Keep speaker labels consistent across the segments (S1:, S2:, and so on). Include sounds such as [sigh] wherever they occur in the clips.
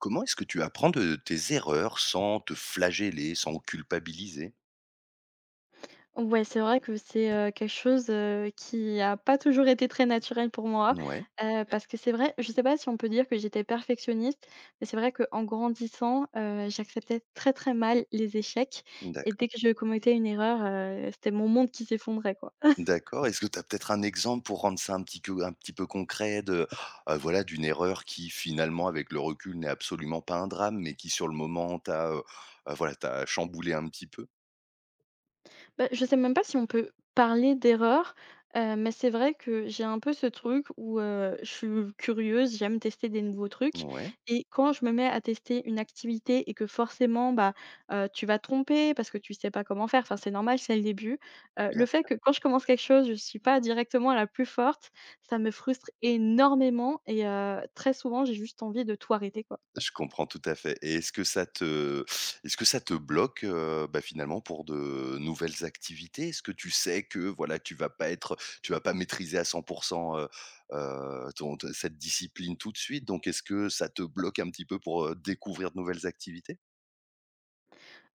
S1: Comment est-ce que tu apprends de tes erreurs sans te flageller, sans culpabiliser?
S2: Ouais, c'est vrai que c'est quelque chose, qui a pas toujours été très naturel pour moi,
S1: Ouais,
S2: parce que c'est vrai je sais pas si on peut dire que j'étais perfectionniste, mais c'est vrai qu'en grandissant, j'acceptais très, très mal les échecs et
S1: d'accord,
S2: dès que je commettais une erreur, c'était mon monde qui s'effondrait, quoi.
S1: d'accord. Est-ce que tu as peut-être un exemple pour rendre ça un petit peu concret de, voilà, d'une erreur qui finalement, avec le recul, n'est absolument pas un drame, mais qui sur le moment voilà, t'a chamboulé un petit peu?
S2: Bah, je sais même pas si on peut parler d'erreur, mais c'est vrai que j'ai un peu ce truc où je suis curieuse, j'aime tester des nouveaux trucs
S1: Ouais,
S2: et quand je me mets à tester une activité et que forcément, bah, tu vas te tromper parce que tu sais pas comment faire, enfin, c'est normal, c'est le début. Heu,
S1: bien
S2: le fait
S1: sûr.
S2: que quand je commence quelque chose, je suis pas directement la plus forte, ça me frustre énormément et très souvent, j'ai juste envie de tout arrêter, quoi.
S1: Je comprends tout à fait et est-ce que ça te bloque, bah, finalement pour de nouvelles activités? Est-ce que tu sais que, voilà, tu vas pas maîtriser à 100 heu ton te cette discipline tout de suite, donc est-ce que ça te bloque un petit peu pour, découvrir de nouvelles activités?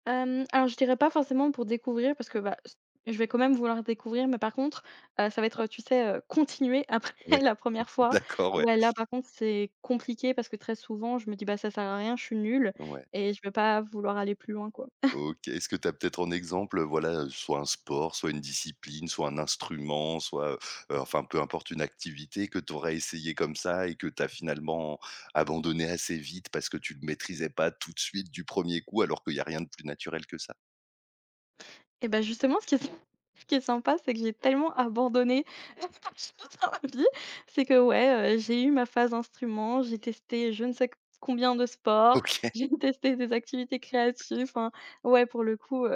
S2: Alors je dirais pas forcément pour découvrir parce que, bah, s je vais quand même vouloir découvrir, mais par contre, ça va être, tu sais, continuer après
S1: Ouais,
S2: [laughs] la première
S1: [laughs]
S2: fois.
S1: d'accord, ouais,
S2: Ouais, là, par contre, c'est compliqué parce que très souvent, je me dis: «Bah, ça sert à rien, je suis nulle»
S1: ouais.
S2: et je vais pas vouloir aller plus loin, quoi.
S1: OK. Est-ce que tu as peut-être en exemple, voilà, soit un sport, soit une discipline, soit un instrument, soit, enfin, peu importe, une activité que tu aurais essayé comme ça et que tu as finalement abandonné assez vite parce que tu le maîtrisais pas tout de suite du premier coup alors qu'il y a rien de plus naturel que ça?
S2: Et bah, justement, ce qui est [laughs] ce qui est sympa, c'est que j'ai tellement abandonné [laughs] plein de choses dans ma vie, c'est que, ouais, j'ai eu ma phase instrument, j'ai testé je ne sais combien de
S1: [laughs]
S2: sports,
S1: OK.
S2: [laughs] j'ai testé des activités créatives, enfin, ouais, pour le coup,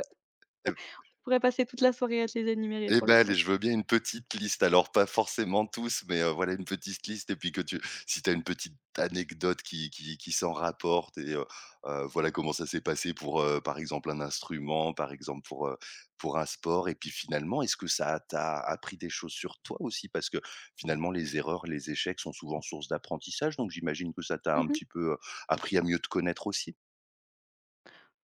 S2: pourrais passer toute la soirée à te les énumérer
S1: Eh
S2: pour
S1: ben,
S2: le
S1: allez,
S2: coup.
S1: je veux bien une petite liste, alors pas forcément tous, mais voilà une petite liste et puis que tu si tu as une petite anecdote qui s'en rapporte et voilà comment ça s'est passé pour, par exemple un instrument, par exemple pour un sport et puis finalement, est-ce que ça t'a appris des choses sur toi aussi? Parce que finalement les erreurs, les échecs sont souvent source d'apprentissage, donc j'imagine que ça t'a un
S2: Mmh.
S1: petit peu, appris à mieux te connaître aussi?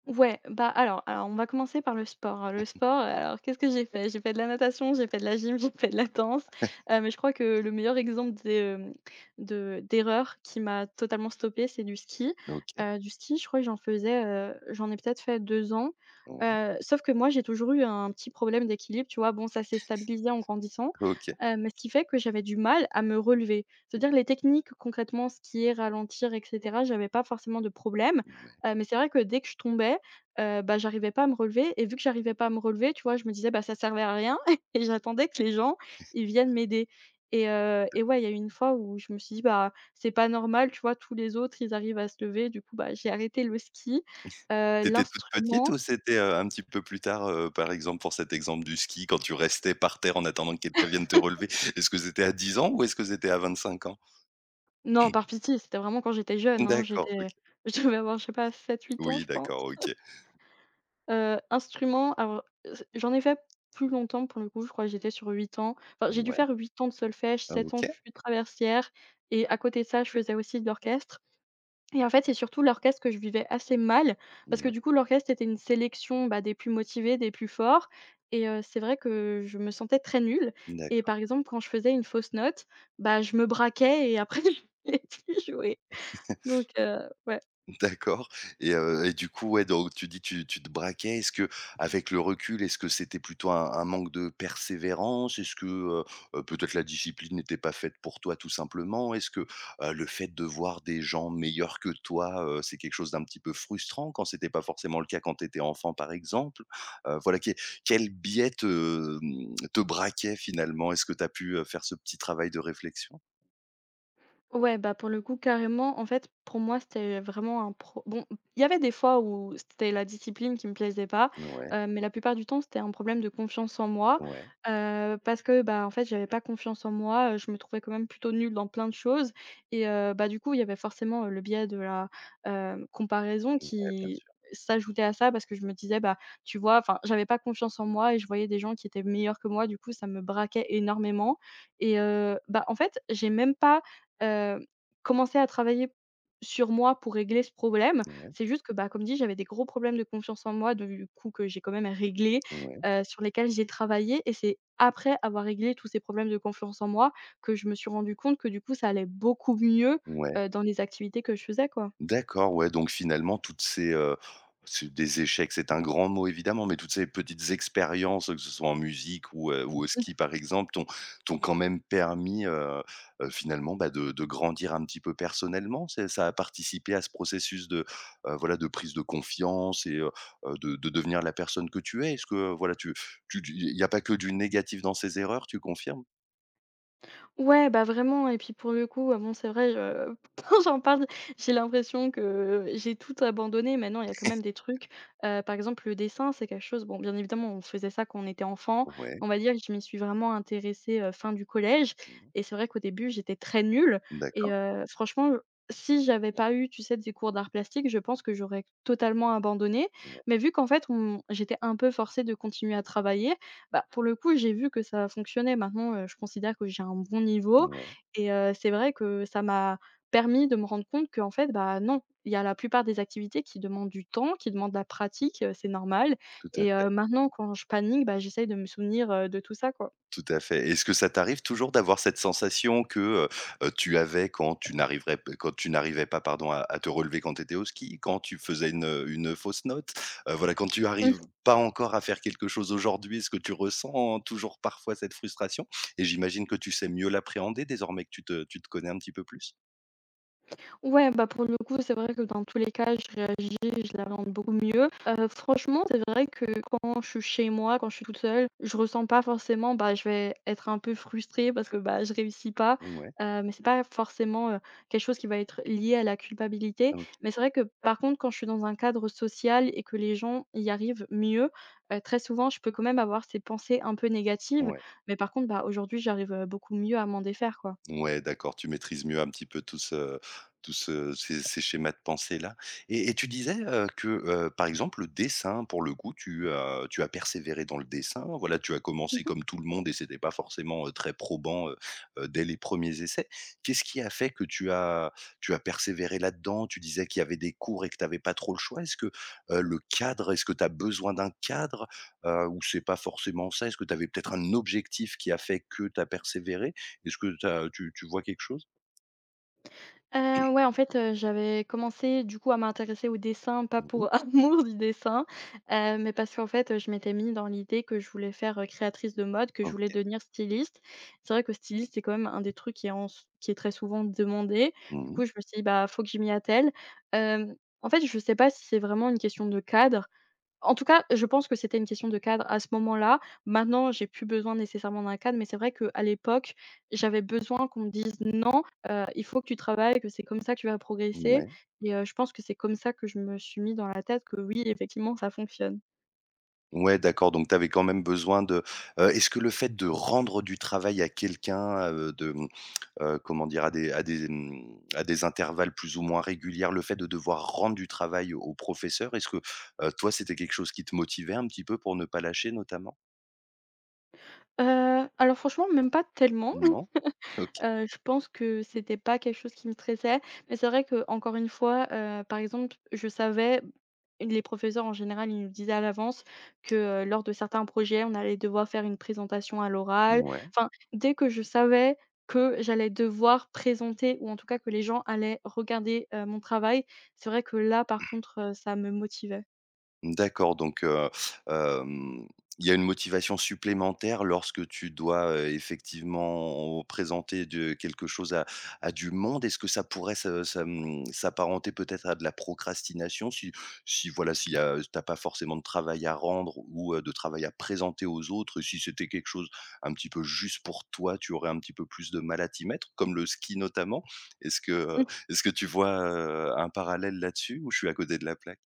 S2: Ouais, bah, alors on va commencer par le sport, hein. Le sport, alors qu'est-ce que j'ai fait? J'ai fait de la natation, j'ai fait de la gym, [laughs] j'ai fait de la danse, mais je crois que le meilleur exemple des, hem, de d'erreur qui m'a totalement stoppée, c'est du ski.
S1: OK,
S2: Du ski, je crois que j'en faisais, j'en ai peut-être fait 2 ans,
S1: ouais,
S2: sauf que moi j'ai toujours eu un petit problème d'équilibre, tu vois? Bon, ça s'est stabilisé en grandissant,
S1: OK,
S2: mais ce qui fait que j'avais du mal à me relever. C'est-à-dire les techniques concrètement, skier, ralentir et cetera, j'avais pas forcément de problème.
S1: ouais.
S2: Mais c'est vrai que dès que je tombais, bah, j'arrivais pas à me relever et vu que j'arrivais pas à me relever, tu vois, je me disais: «Bah, ça servait à rien» [laughs] et j'attendais que les gens, ils viennent m'aider et ouais, il y a eu une fois où je me suis dit: «Bah, c'est pas normal, tu vois, tous les autres, ils arrivent à se lever». Du coup, bah, j'ai arrêté le ski,
S1: T'étais étais toute petite ou
S2: l'instrument.
S1: c'était, un petit peu plus tard, par exemple pour cet exemple du ski quand tu restais par terre en attendant que quelqu'un vienne te relever? Est-ce que c'était à 10 ans ou est-ce que c'était à 25 ans?
S2: Non, par pitié, c'était vraiment quand j'étais jeune, hein,
S1: D'accord,
S2: j'étais
S1: OK.
S2: [laughs] je devais avoir, je sais pas, 7 8 ans,
S1: Oui
S2: je pense.
S1: d'accord, OK.
S2: Instrument, alors, j'en ai fait plus longtemps pour le coup, je crois que j'étais sur 8 ans. Enfin, j'ai dû
S1: Ouais,
S2: faire 8 ans de solfège,
S1: ah,
S2: 7 ans
S1: OK.
S2: de flûte traversière et à côté de ça, je faisais aussi de l'orchestre et en fait, c'est surtout l'orchestre que je vivais assez mal parce que
S1: Ouais,
S2: du coup, l'orchestre, était une sélection, bah, des plus motivés, des plus forts et c'est vrai que je me sentais très nulle et
S1: d'accord.
S2: par exemple, quand je faisais une fausse note, bah, je me braquais et après [laughs] je ne voulais plus jouer donc ouais.
S1: D'accord et du coup, ouais, donc tu dis tu te braquais. Est-ce que, avec le recul, est-ce que c'était plutôt un manque de persévérance? Est-ce que peut-être la discipline n'était pas faite pour toi tout simplement? Est-ce que, le fait de voir des gens meilleurs que toi, c'est quelque chose d'un petit peu frustrant quand c'était pas forcément le cas quand tu étais enfant, par exemple? Voilà, quel biais mmh, te braquait finalement? Est-ce que tu as pu, faire ce petit travail de réflexion?
S2: Ouais, bah, pour le coup, carrément, en fait, pour moi, c'était vraiment un pro bon, il y avait des fois où c'était la discipline qui me plaisait pas,
S1: Ouais,
S2: mais la plupart du temps, c'était un problème de confiance en moi,
S1: ouais,
S2: parce que, bah, en fait, j'avais pas confiance en moi, je me trouvais quand même plutôt nulle dans plein de choses et bah, du coup, il y avait forcément, le biais de la comparaison
S1: ouais, bien
S2: qui
S1: sûr.
S2: s'ajoutait à ça parce que je me disais: «Bah, tu vois?» enfin, j'avais pas confiance en moi et je voyais des gens qui étaient meilleurs que moi, du coup, ça me braquait énormément et bah, en fait, j'ai même pas heu, commencer à travailler sur moi pour régler ce problème.
S1: Ouais,
S2: C'est juste que, bah, comme dit, j'avais des gros problèmes de confiance en moi, du coup que j'ai quand même réglé,
S1: ouais,
S2: sur lesquels j'ai travaillé et c'est après avoir réglé tous ces problèmes de confiance en moi que je me suis rendu compte que, du coup, ça allait beaucoup mieux,
S1: ouais.
S2: dans les activités que je faisais, quoi.
S1: D'accord, ouais, donc finalement, toutes ces, c'est des échecs, c'est un grand mot évidemment, mais toutes ces petites expériences, que ce soit en musique ou au ski par exemple, t'ont quand même permis, finalement, bah, de grandir un petit peu personnellement? C'est ça a participé à ce processus de, voilà, de prise de confiance et de devenir la personne que tu es? Est-ce que voilà, tu il n'y a pas que du négatif dans ces erreurs, tu confirmes?
S2: Ouais, bah, vraiment et puis pour le coup, bon c'est vrai, je [laughs] quand j'en parle, j'ai l'impression que j'ai tout abandonné. Maintenant, il y a quand même des trucs, par exemple le dessin, c'est quelque chose bon, bien évidemment, on faisait ça quand on était enfant.
S1: Ouais,
S2: On va dire que je m'y suis vraiment intéressée, fin du collège
S1: mmh.
S2: et c'est vrai qu'au début, j'étais très nulle et
S1: D'accord,
S2: franchement, si j'avais pas eu, tu sais, des cours d'art plastique, je pense que j'aurais totalement abandonné.
S1: ouais,
S2: Mais vu qu'en fait, on j'étais un peu forcée de continuer à travailler, bah, pour le coup, j'ai vu que ça fonctionnait. Maintenant, je considère que j'ai un bon niveau
S1: ouais,
S2: et c'est vrai que ça m'a permis de me rendre compte qu'en fait, bah, non, il y a la plupart des activités qui demandent du temps, qui demandent de la pratique, c'est normal
S1: tout à
S2: et
S1: fait.
S2: maintenant quand je panique, bah, j'essaye de me souvenir, de tout ça, quoi.
S1: Tout à fait. Est-ce que ça t'arrive toujours d'avoir cette sensation que, heu tu avais quand tu n'arrivais pas, pardon, à te relever quand tu étais au ski, quand tu faisais une, fausse note? Voilà, quand tu arrives pas encore à faire quelque chose aujourd'hui, est-ce que tu ressens toujours parfois cette frustration? Et j'imagine que tu sais mieux l'appréhender désormais que tu te connais un petit peu plus?
S2: Ouais, bah, pour le coup, c'est vrai que dans tous les cas, je la rende beaucoup mieux. Franchement, c'est vrai que quand je suis chez moi, quand je suis toute seule, je ressens pas forcément bah, je vais être un peu frustrée parce que, bah, je réussis pas,
S1: Ouais,
S2: mais c'est pas forcément, quelque chose qui va être lié à la culpabilité.
S1: OK.
S2: Mais c'est vrai que, par contre, quand je suis dans un cadre social et que les gens y arrivent mieux, très souvent, je peux quand même avoir ces pensées un peu négatives.
S1: Ouais.
S2: Mais par contre, bah, aujourd'hui, j'arrive, beaucoup mieux à m'en défaire, quoi.
S1: Ouais, d'accord, tu maîtrises mieux un petit peu tout ce ces ces schémas de pensée-là et tu disais, que, par exemple, le dessin, pour le coup, tu as persévéré dans le dessin. Voilà, tu as commencé comme tout le monde et c'était pas forcément, très probant, dès les premiers essais. Qu'est-ce qui a fait que tu as persévéré là-dedans? Tu disais qu'il y avait des cours et que tu avais pas trop le choix. Est-ce que, le cadre, est-ce que tu as besoin d'un cadre, ou c'est pas forcément ça? Est-ce que tu avais peut-être un objectif qui a fait que tu as persévéré? Est-ce que tu vois quelque chose?
S2: Ouais, en fait, j'avais commencé du coup à m'intéresser au dessin, pas
S1: Mmh.
S2: pour [laughs] amour du dessin, mais parce qu'en fait, je m'étais mis dans l'idée que je voulais faire, créatrice de mode, que je voulais
S1: OK.
S2: devenir styliste. C'est vrai que styliste, c'est quand même un des trucs qui est très souvent demandé. Du
S1: Mmh.
S2: coup, je me suis dit: «Bah, faut que je m'y attelle». Hem, en fait, je sais pas si c'est vraiment une question de cadre, en tout cas, je pense que c'était une question de cadre à ce moment-là. Maintenant, j'ai plus besoin nécessairement d'un cadre, mais c'est vrai qu'à l'époque, j'avais besoin qu'on me dise: «Non, il faut que tu travailles, que c'est comme ça que tu vas progresser»
S1: Ouais.
S2: et je pense que c'est comme ça que je me suis mis dans la tête que oui, effectivement, ça fonctionne.
S1: Ouais, d'accord, donc tu avais quand même besoin de, est-ce que le fait de rendre du travail à quelqu'un, mmh, comment dire? À des, mmh, à des intervalles plus ou moins réguliers, le fait de devoir rendre du travail au professeur, est-ce que, toi, c'était quelque chose qui te motivait un petit peu pour ne pas lâcher notamment?
S2: Alors franchement, même pas tellement.
S1: Non? OK.
S2: Je pense que c'était pas quelque chose qui me stressait, mais c'est vrai que encore une fois, par exemple, je savais les professeurs en général, ils nous disaient à l'avance que, lors de certains projets, on allait devoir faire une présentation à l'oral.
S1: Ouais.
S2: Enfin, dès que je savais que j'allais devoir présenter ou en tout cas que les gens allaient regarder, mon travail, c'est vrai que là, par contre, ça me motivait.
S1: D'accord, donc hem, il y a une motivation supplémentaire lorsque tu dois, effectivement présenter de quelque chose à du monde. Est-ce que ça pourrait se, mmh, s'apparenter peut-être à de la procrastination? Si voilà, si t'as pas forcément de travail à rendre ou, de travail à présenter aux autres, si c'était quelque chose un petit peu juste pour toi, tu aurais un petit peu plus de mal à t'y mettre, comme le ski notamment? Est-ce que, est-ce que tu vois, un parallèle là-dessus ou je suis à côté de la plaque?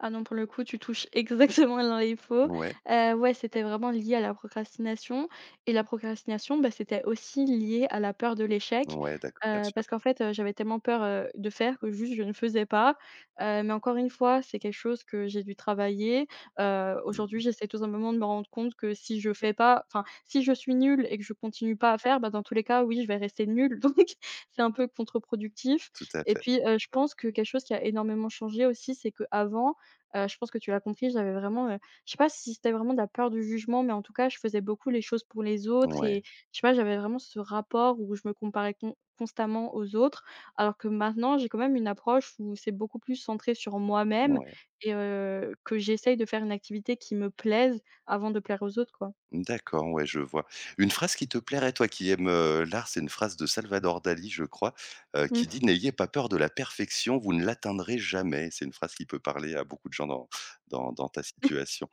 S2: Ah non, pour le coup, tu touches [laughs] exactement dans les pots.
S1: Ouais.
S2: Ouais, c'était vraiment lié à la procrastination et la procrastination, bah, c'était aussi lié à la peur de l'échec,
S1: Ouais, d'accord, bien sûr.
S2: parce qu'en fait, j'avais tellement peur, de faire que juste je ne faisais pas, mais encore une fois, c'est quelque chose que j'ai dû travailler, aujourd'hui,
S1: Mmh.
S2: j'essaie tout simplement de me rendre compte que si je fais pas enfin, si je suis nulle et que je continue pas à faire, bah, dans tous les cas, oui, je vais rester nulle [laughs] donc c'est un peu contre-productif
S1: Tout à
S2: et
S1: fait.
S2: puis, je pense que quelque chose qui a énormément changé aussi, c'est qu'avant, je pense que tu l'as compris, j'avais vraiment, je sais pas si c'était vraiment de la peur du jugement, mais en tout cas, je faisais beaucoup les choses pour les autres
S1: Ouais,
S2: et je sais pas, j'avais vraiment ce rapport où je me comparais constamment aux autres. Alors que maintenant, j'ai quand même une approche où c'est beaucoup plus centré sur moi-même
S1: ouais.
S2: et que j'essaye de faire une activité qui me plaise avant de plaire aux autres, quoi.
S1: D'accord, ouais, je vois. Une phrase qui te plairait, toi qui aimes, l'art, c'est une phrase de Salvador Dali, je crois, qui
S2: Mmh.
S1: dit: «N'ayez pas peur de la perfection, vous ne l'atteindrez jamais». C'est une phrase qui peut parler à beaucoup de gens dans ta situation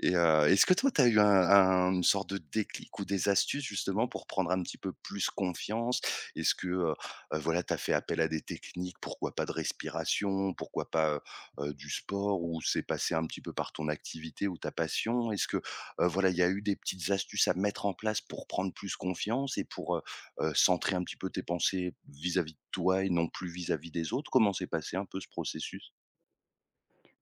S1: et est-ce que toi, tu as eu un une sorte de déclic ou des astuces justement pour prendre un petit peu plus confiance? Est-ce que, voilà, tu as fait appel à des techniques, pourquoi pas de respiration, pourquoi pas, du sport ou c'est passé un petit peu par ton activité ou ta passion? Est-ce que, voilà, il y a eu des petites astuces à mettre en place pour prendre plus confiance et pour, centrer un petit peu tes pensées vis-à-vis de toi et non plus vis-à-vis des autres? Comment s'est passé un peu ce processus?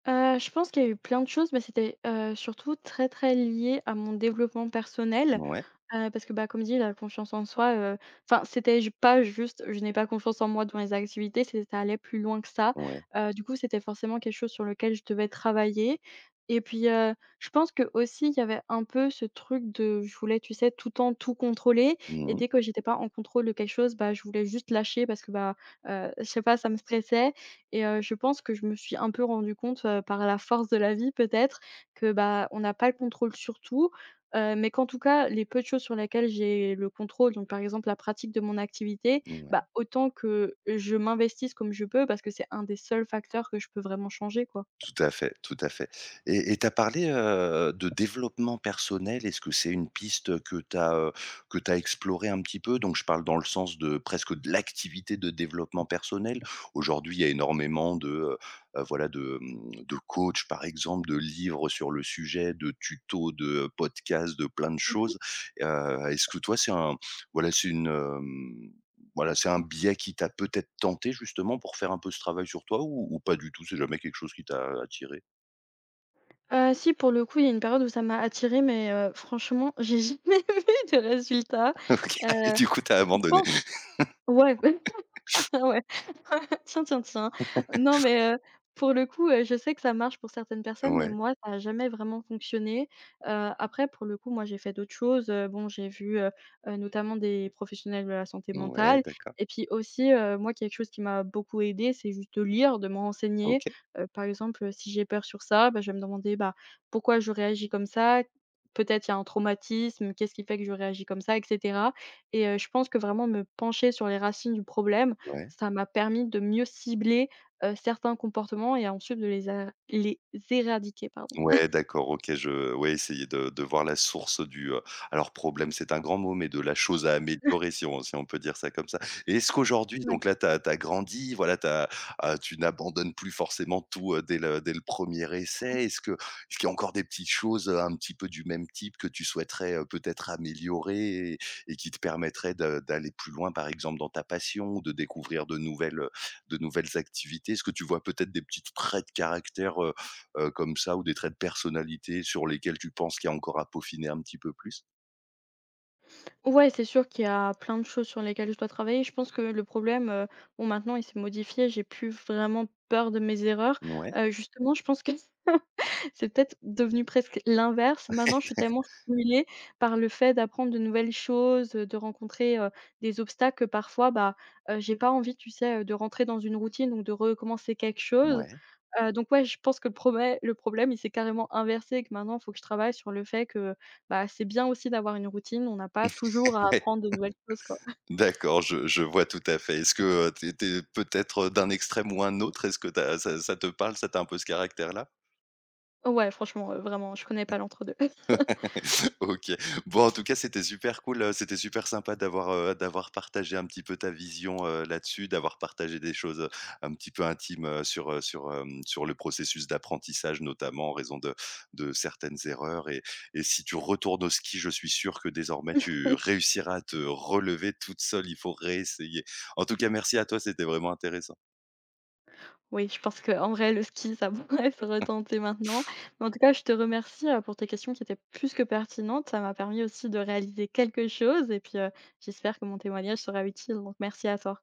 S2: Je pense qu'il y a eu plein de choses, mais c'était surtout très, très lié à mon développement personnel.
S1: Ouais,
S2: Parce que, bah, comme dit, la confiance en soi, enfin, c'était ju pas juste: «Je n'ai pas confiance en moi dans les activités», c'est ça allait plus loin que ça.
S1: ouais.
S2: Du coup, c'était forcément quelque chose sur lequel je devais travailler et puis, je pense que aussi, il y avait un peu ce truc de je voulais, tu sais, tout le temps tout contrôler et
S1: Mmh.
S2: dès que j'étais pas en contrôle de quelque chose, bah, je voulais juste lâcher parce que, bah, je sais pas, ça me stressait et je pense que je me suis un peu rendu compte, par la force de la vie peut-être que, bah, on n'a pas le contrôle sur tout. Mais qu'en tout cas, les peu de choses sur lesquelles j'ai le contrôle, donc par exemple la pratique de mon activité,
S1: Ouais.
S2: bah, autant que je m'investisse comme je peux parce que c'est un des seuls facteurs que je peux vraiment changer, quoi.
S1: Tout à fait, tout à fait. Et tu as parlé, de développement personnel. Est-ce que c'est une piste que tu as explorée un petit peu? Donc je parle dans le sens de presque de l'activité de développement personnel. Aujourd'hui, il y a énormément de, voilà, de, mmh, de coachs, par exemple, de livres sur le sujet, de tutos, de podcasts, de plein de
S2: Mmh mh.
S1: choses. Est-ce que toi, c'est un voilà, c'est une, hem voilà, c'est un biais qui t'a peut-être tenté justement pour faire un peu ce travail sur toi ou pas du tout? C'est jamais quelque chose qui t'a attiré?
S2: Si pour le coup, il y a une période où ça m'a attirée, mais franchement, j'ai jamais [laughs] vu de résultats.
S1: [laughs] OK et
S2: Heu,
S1: du coup, t'as
S2: je
S1: abandonné.
S2: pense ouais. [laughs] Ouais. [laughs] Tiens, tiens, tiens. Non, mais pour le coup, je sais que ça marche pour certaines personnes, mais
S1: Ouais,
S2: moi, ça a jamais vraiment fonctionné. Heu, Après, pour le coup, moi, j'ai fait d'autres choses. Bon, j'ai vu, notamment des professionnels de la santé
S1: ouais,
S2: mentale
S1: d'accord.
S2: et puis aussi, moi, quelque chose qui m'a beaucoup aidé c'est juste de lire, de me renseigner.
S1: OK,
S2: Par exemple, si j'ai peur sur ça, bah, je vais me demander, bah, pourquoi je réagis comme ça? Peut-être il y a un traumatisme, qu'est-ce qui fait que je réagis comme ça et cetera. Et je pense que vraiment me pencher sur les racines du problème,
S1: ouais.
S2: ça m'a permis de mieux cibler, certains comportements et ensuite de les éradiquer, pardon.
S1: Ouais, d'accord, OK, essayer de voir la source du, alors problème, c'est un grand mot, mais de la chose à améliorer si on peut dire ça comme ça. Et est-ce qu'aujourd'hui,
S2: Ouais.
S1: donc là, tu as grandi, voilà, ah, tu n'abandonnes plus forcément tout, dès le premier essai? Est-ce qu'il y a encore des petites choses, un petit peu du même type que tu souhaiterais, peut-être améliorer et qui te permettraient de d'aller plus loin, par exemple, dans ta passion ou de découvrir de nouvelles activités? Est-ce que tu vois peut-être des petits traits de caractère, comme ça ou des traits de personnalité sur lesquels tu penses qu'il y a encore à peaufiner un petit peu plus?
S2: Ouais, c'est sûr qu'il y a plein de choses sur lesquelles je dois travailler. Je pense que le problème, bon maintenant il s'est modifié, j'ai plus vraiment peur de mes erreurs.
S1: Ouais,
S2: Justement, je pense que [laughs] c'est peut-être devenu presque l'inverse. Maintenant, je suis tellement stimulée par le fait d'apprendre de nouvelles choses, de rencontrer, des obstacles que parfois, bah, j'ai pas envie, tu sais, de rentrer dans une routine donc de recommencer quelque chose.
S1: ouais,
S2: Donc ouais, je pense que le problème, il s'est carrément inversé et que maintenant, faut que je travaille sur le fait que, bah, c'est bien aussi d'avoir une routine. On n'a pas toujours
S1: [laughs]
S2: à
S1: ouais,
S2: apprendre de nouvelles choses, quoi.
S1: d'accord, je vois tout à fait. Est-ce que, tu es peut-être, d'un extrême ou un autre? Est-ce que tu ça te parle, ça, tu un peu ce caractère-là?
S2: Ouais, franchement, vraiment, je connais pas l'entre-deux. [laughs]
S1: OK. Bon, en tout cas, c'était super cool, c'était super sympa d'avoir, d'avoir partagé un petit peu ta vision, là-dessus, d'avoir partagé des choses, un petit peu intimes, sur le processus d'apprentissage, notamment en raison de certaines erreurs et si tu retournes au ski, je suis sûr que désormais tu réussiras à te relever toute seule, il faut réessayer. En tout cas, merci à toi, c'était vraiment intéressant.
S2: Oui, je pense qu'en vrai, le ski, ça [laughs] pourrait se retenter maintenant. Mais en tout cas, je te remercie, pour tes questions qui étaient plus que pertinentes. Ça m'a permis aussi de réaliser quelque chose et puis, j'espère que mon témoignage sera utile, donc merci à toi.